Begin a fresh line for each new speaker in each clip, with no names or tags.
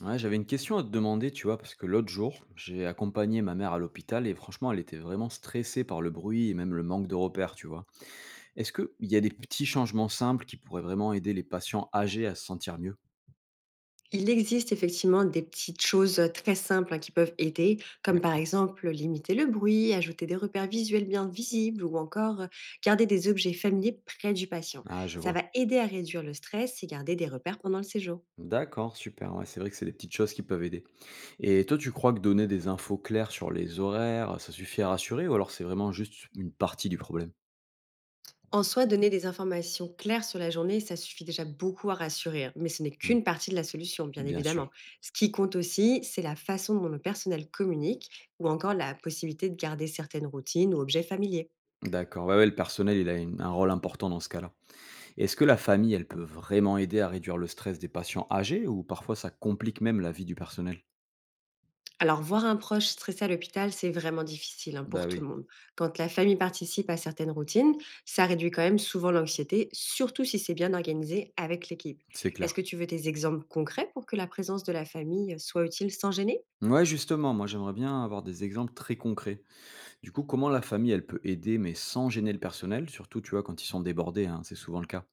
Ouais, j'avais une question à te demander, tu vois, parce que l'autre jour, j'ai accompagné ma mère à l'hôpital et franchement, elle était vraiment stressée par le bruit et même le manque de repères, tu vois. Est-ce qu'il y a des petits changements simples qui pourraient vraiment aider les patients âgés à se sentir mieux?
Il existe effectivement des petites choses très simples, hein, qui peuvent aider, comme par
D'accord.
exemple limiter le bruit, ajouter des repères visuels bien visibles ou encore, garder des objets familiers près du patient.
Ah, je
Ça
vois.
va aider à réduire le stress et garder des repères pendant le séjour.
D'accord, super. Ouais, c'est vrai que c'est des petites choses qui peuvent aider. Et toi, tu crois que donner des infos claires sur les horaires, ça suffit à rassurer ou alors c'est vraiment juste une partie du problème?
En soi, donner des informations claires sur la journée, ça suffit déjà beaucoup à rassurer, hein, mais ce n'est
Hmm.
qu'une partie de la solution, bien
Bien sûr.
évidemment. Ce qui compte aussi, c'est la façon dont le personnel communique ou encore la possibilité de garder certaines routines ou objets familiers.
D'accord. Ouais, ouais, le personnel, il a un rôle important dans ce cas-là. Est-ce que la famille, elle peut vraiment aider à réduire le stress des patients âgés ou parfois ça complique même la vie du personnel?
Alors, voir un proche stressé à l'hôpital, c'est vraiment difficile, hein, pour
Bah
tout le
oui,
monde. Quand la famille participe à certaines routines, ça réduit quand même souvent l'anxiété, surtout si c'est bien organisé avec l'équipe.
c'est
Est-ce
clair.
que tu veux des exemples concrets pour que la présence de la famille soit utile sans gêner?
Ouais, justement, moi j'aimerais bien avoir des exemples très concrets. Du coup, comment la famille, elle peut aider, mais sans gêner le personnel, surtout, tu vois, quand ils sont débordés, hein, c'est souvent le cas.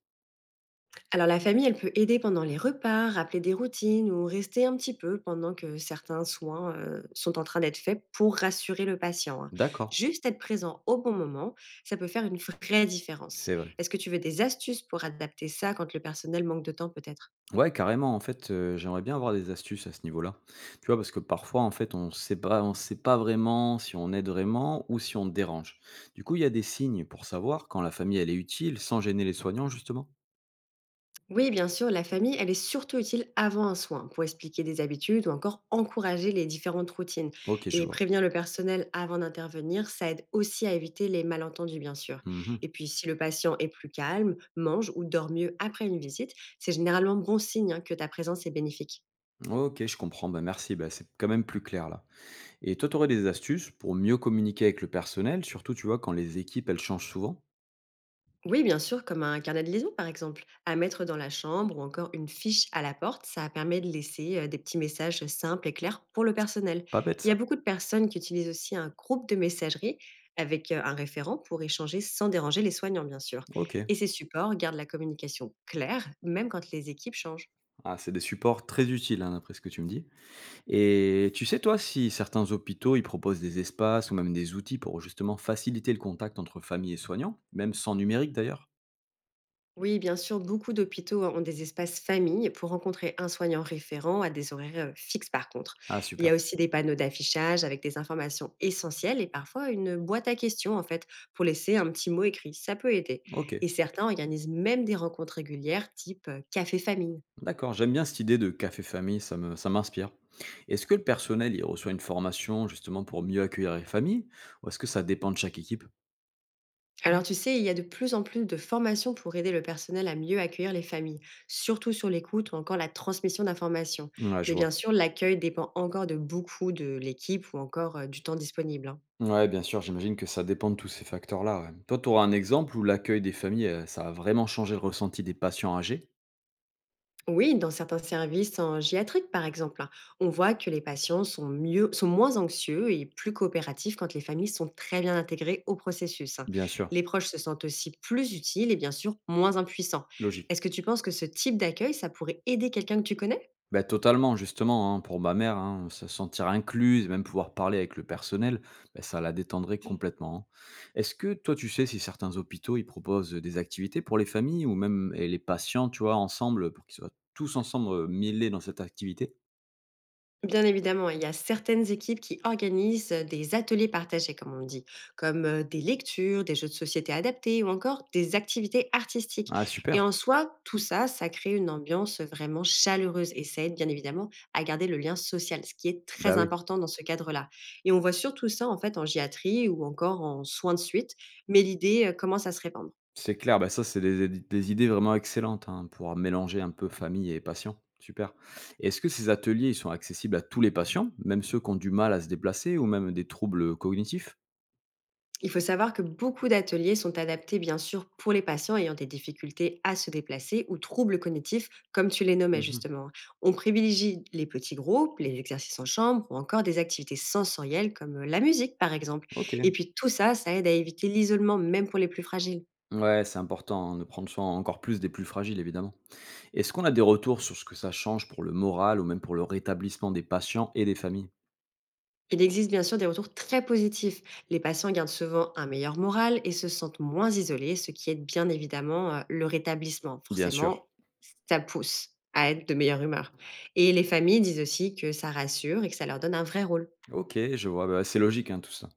Alors la famille, elle peut aider pendant les repas, rappeler des routines ou rester un petit peu pendant que certains soins sont en train d'être faits pour rassurer le patient, hein.
D'accord,
Juste être présent au bon moment, ça peut faire une vraie différence.
c'est vrai.
Est-ce que tu veux des astuces pour adapter ça quand le personnel manque de temps peut-être?
Ouais, carrément, en fait, j'aimerais bien avoir des astuces à ce niveau-là. Tu vois, parce que parfois, en fait, on sait pas vraiment si on aide vraiment ou si on dérange. Du coup, il y a des signes pour savoir quand la famille, elle est utile, sans gêner les soignants, justement.
Oui, bien sûr, la famille, elle est surtout utile avant un soin pour expliquer des habitudes ou encore encourager les différentes routines.
OK, je
Et
vois.
prévenir le personnel avant d'intervenir, ça aide aussi à éviter les malentendus, bien sûr.
Mmh.
Et puis, si le patient est plus calme, mange ou dort mieux après une visite, c'est généralement bon signe, hein, que ta présence est bénéfique.
OK, je comprends. Bah, merci, bah, c'est quand même plus clair là. Et toi, tu aurais des astuces pour mieux communiquer avec le personnel, surtout, tu vois, quand les équipes, elles changent souvent?
Oui, bien sûr, comme un carnet de liaison par exemple, à mettre dans la chambre ou encore une fiche à la porte, ça permet de laisser des petits messages simples et clairs pour le
C'est
personnel.
pas bête
Il y a
ça.
beaucoup de personnes qui utilisent aussi un groupe de messagerie avec un référent pour échanger sans déranger les soignants, bien sûr.
OK.
Et ces supports gardent la communication claire, même quand les équipes changent.
Ah, c'est des supports très utiles, hein, d'après ce que tu me dis. Et tu sais, toi, si certains hôpitaux, ils proposent des espaces ou même des outils pour justement faciliter le contact entre famille et soignants, même sans numérique d'ailleurs?
Oui, bien sûr, beaucoup d'hôpitaux ont des espaces famille pour rencontrer un soignant référent à des horaires fixes par contre.
Ah
Il y
super.
a aussi des panneaux d'affichage avec des informations essentielles et parfois une boîte à questions en fait pour laisser un petit mot écrit. Ça peut aider.
OK.
Et certains organisent même des rencontres régulières type café famille.
D'accord, j'aime bien cette idée de café famille, ça me, ça m'inspire. Est-ce que le personnel il reçoit une formation justement pour mieux accueillir les familles ou est-ce que ça dépend de chaque équipe?
Alors tu sais, il y a de plus en plus de formations pour aider le personnel à mieux accueillir les familles, surtout sur l'écoute ou encore la transmission d'informations.
Ouais, je
Mais
vois.
bien sûr, l'accueil dépend encore de beaucoup de l'équipe ou encore du temps disponible, hein.
Ouais, bien sûr, j'imagine que ça dépend de tous ces facteurs-là, ouais. Toi, tu auras un exemple où l'accueil des familles, ça a vraiment changé le ressenti des patients âgés?
Oui, dans certains services en gériatrie, par exemple, hein, on voit que les patients sont, mieux, sont moins anxieux et plus coopératifs quand les familles sont très bien intégrées au processus, hein.
Bien sûr,
Les proches se sentent aussi plus utiles et bien sûr moins impuissants.
logique.
Est-ce que tu penses que ce type d'accueil, ça pourrait aider quelqu'un que tu connais?
Ben totalement, justement, hein, pour ma mère, hein, se sentir incluse et même pouvoir parler avec le personnel, ben ça la détendrait complètement, hein. Est-ce que toi, tu sais si certains hôpitaux, ils proposent des activités pour les familles ou même et les patients, tu vois, ensemble, pour qu'ils soient tous ensemble mêlés dans cette activité?
Bien évidemment, il y a certaines équipes qui organisent des ateliers partagés, comme on le dit, comme des lectures, des jeux de société adaptés ou encore des activités artistiques.
Ah,
Et
super.
en soi, tout ça, ça crée une ambiance vraiment chaleureuse et ça aide bien évidemment à garder le lien social, ce qui est très
Bah oui,
important dans ce cadre-là. Et on voit surtout ça en fait en gériatrie ou encore en soins de suite, mais l'idée commence à se répandre.
c'est clair. Bah ça, c'est des idées vraiment excellentes hein, pour mélanger un peu famille et patients. Super. Et est-ce que ces ateliers, ils sont accessibles à tous les patients, même ceux qui ont du mal à se déplacer ou même des troubles cognitifs?
Il faut savoir que beaucoup d'ateliers sont adaptés, bien sûr, pour les patients ayant des difficultés à se déplacer ou troubles cognitifs, comme tu les nommais
Mhm.
justement. On privilégie les petits groupes, les exercices en chambre ou encore des activités sensorielles comme la musique, par exemple.
Ok.
Et puis tout ça, ça aide à éviter l'isolement, même pour les plus fragiles.
Ouais, c'est important hein, de prendre soin encore plus des plus fragiles, évidemment. Est-ce qu'on a des retours sur ce que ça change pour le moral ou même pour le rétablissement des patients et des familles?
Il existe bien sûr des retours très positifs. Les patients gardent souvent un meilleur moral et se sentent moins isolés, ce qui aide bien évidemment le rétablissement.
Bien sûr.
Forcément, ça pousse à être de meilleure humeur. Et les familles disent aussi que ça rassure et que ça leur donne un vrai rôle.
Ok, je vois, bah, c'est logique hein, tout ça.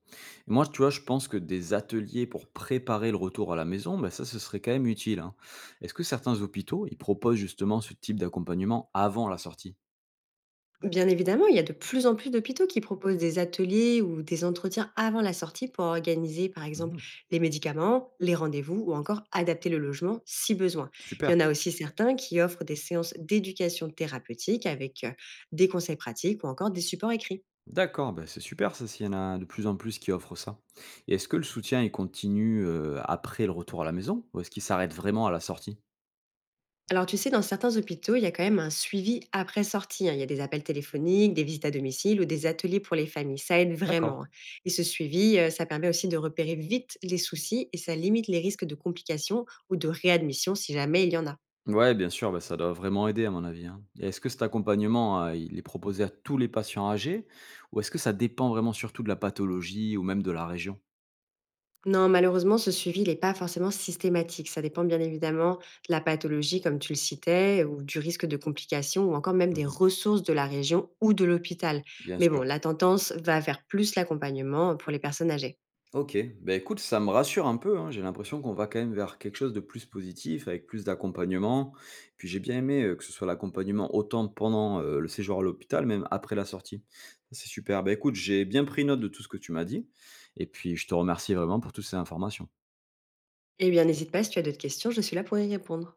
Et moi, tu vois, je pense que des ateliers pour préparer le retour à la maison, bah, ça, ce serait quand même utile, hein. Est-ce que certains hôpitaux, ils proposent justement ce type d'accompagnement avant la sortie?
Bien évidemment, il y a de plus en plus d'hôpitaux qui proposent des ateliers ou des entretiens avant la sortie pour organiser, par exemple,
Mhm.
les médicaments, les rendez-vous ou encore adapter le logement si besoin. Il y
Super.
en a aussi certains qui offrent des séances d'éducation thérapeutique avec des conseils pratiques ou encore des supports écrits.
D'accord, bah, c'est super ça s'il y en a de plus en plus qui offrent ça. Et est-ce que le soutien il continue, après le retour à la maison? Ou est-ce qu'il s'arrête vraiment à la sortie?
Alors, tu sais, dans certains hôpitaux, il y a quand même un suivi après sortie, hein. Il y a des appels téléphoniques, des visites à domicile ou des ateliers pour les familles. Ça aide
D'accord.
vraiment, hein. Et ce suivi, ça permet aussi de repérer vite les soucis et ça limite les risques de complications ou de réadmission si jamais il y en a.
Ouais, bien sûr, bah, ça doit vraiment aider à mon avis, hein. Et est-ce que cet accompagnement, il est proposé à tous les patients âgés? Ou est-ce que ça dépend vraiment surtout de la pathologie ou même de la région?
Non, malheureusement, ce suivi n'est pas forcément systématique. Ça dépend bien évidemment de la pathologie, comme tu le citais, ou du risque de complications, ou encore même des
Mmh.
ressources de la région ou de l'hôpital.
Bien
Mais bon,
sûr.
la tendance va vers plus l'accompagnement pour les personnes âgées.
OK, bah, écoute, ça me rassure un peu, hein. J'ai l'impression qu'on va quand même vers quelque chose de plus positif, avec plus d'accompagnement. Puis j'ai bien aimé, que ce soit l'accompagnement autant pendant, le séjour à l'hôpital, même après la sortie. C'est super. Bah, écoute, j'ai bien pris note de tout ce que tu m'as dit et puis je te remercie vraiment pour toutes ces informations.
Eh bien, n'hésite pas si tu as d'autres questions, je suis là pour y répondre.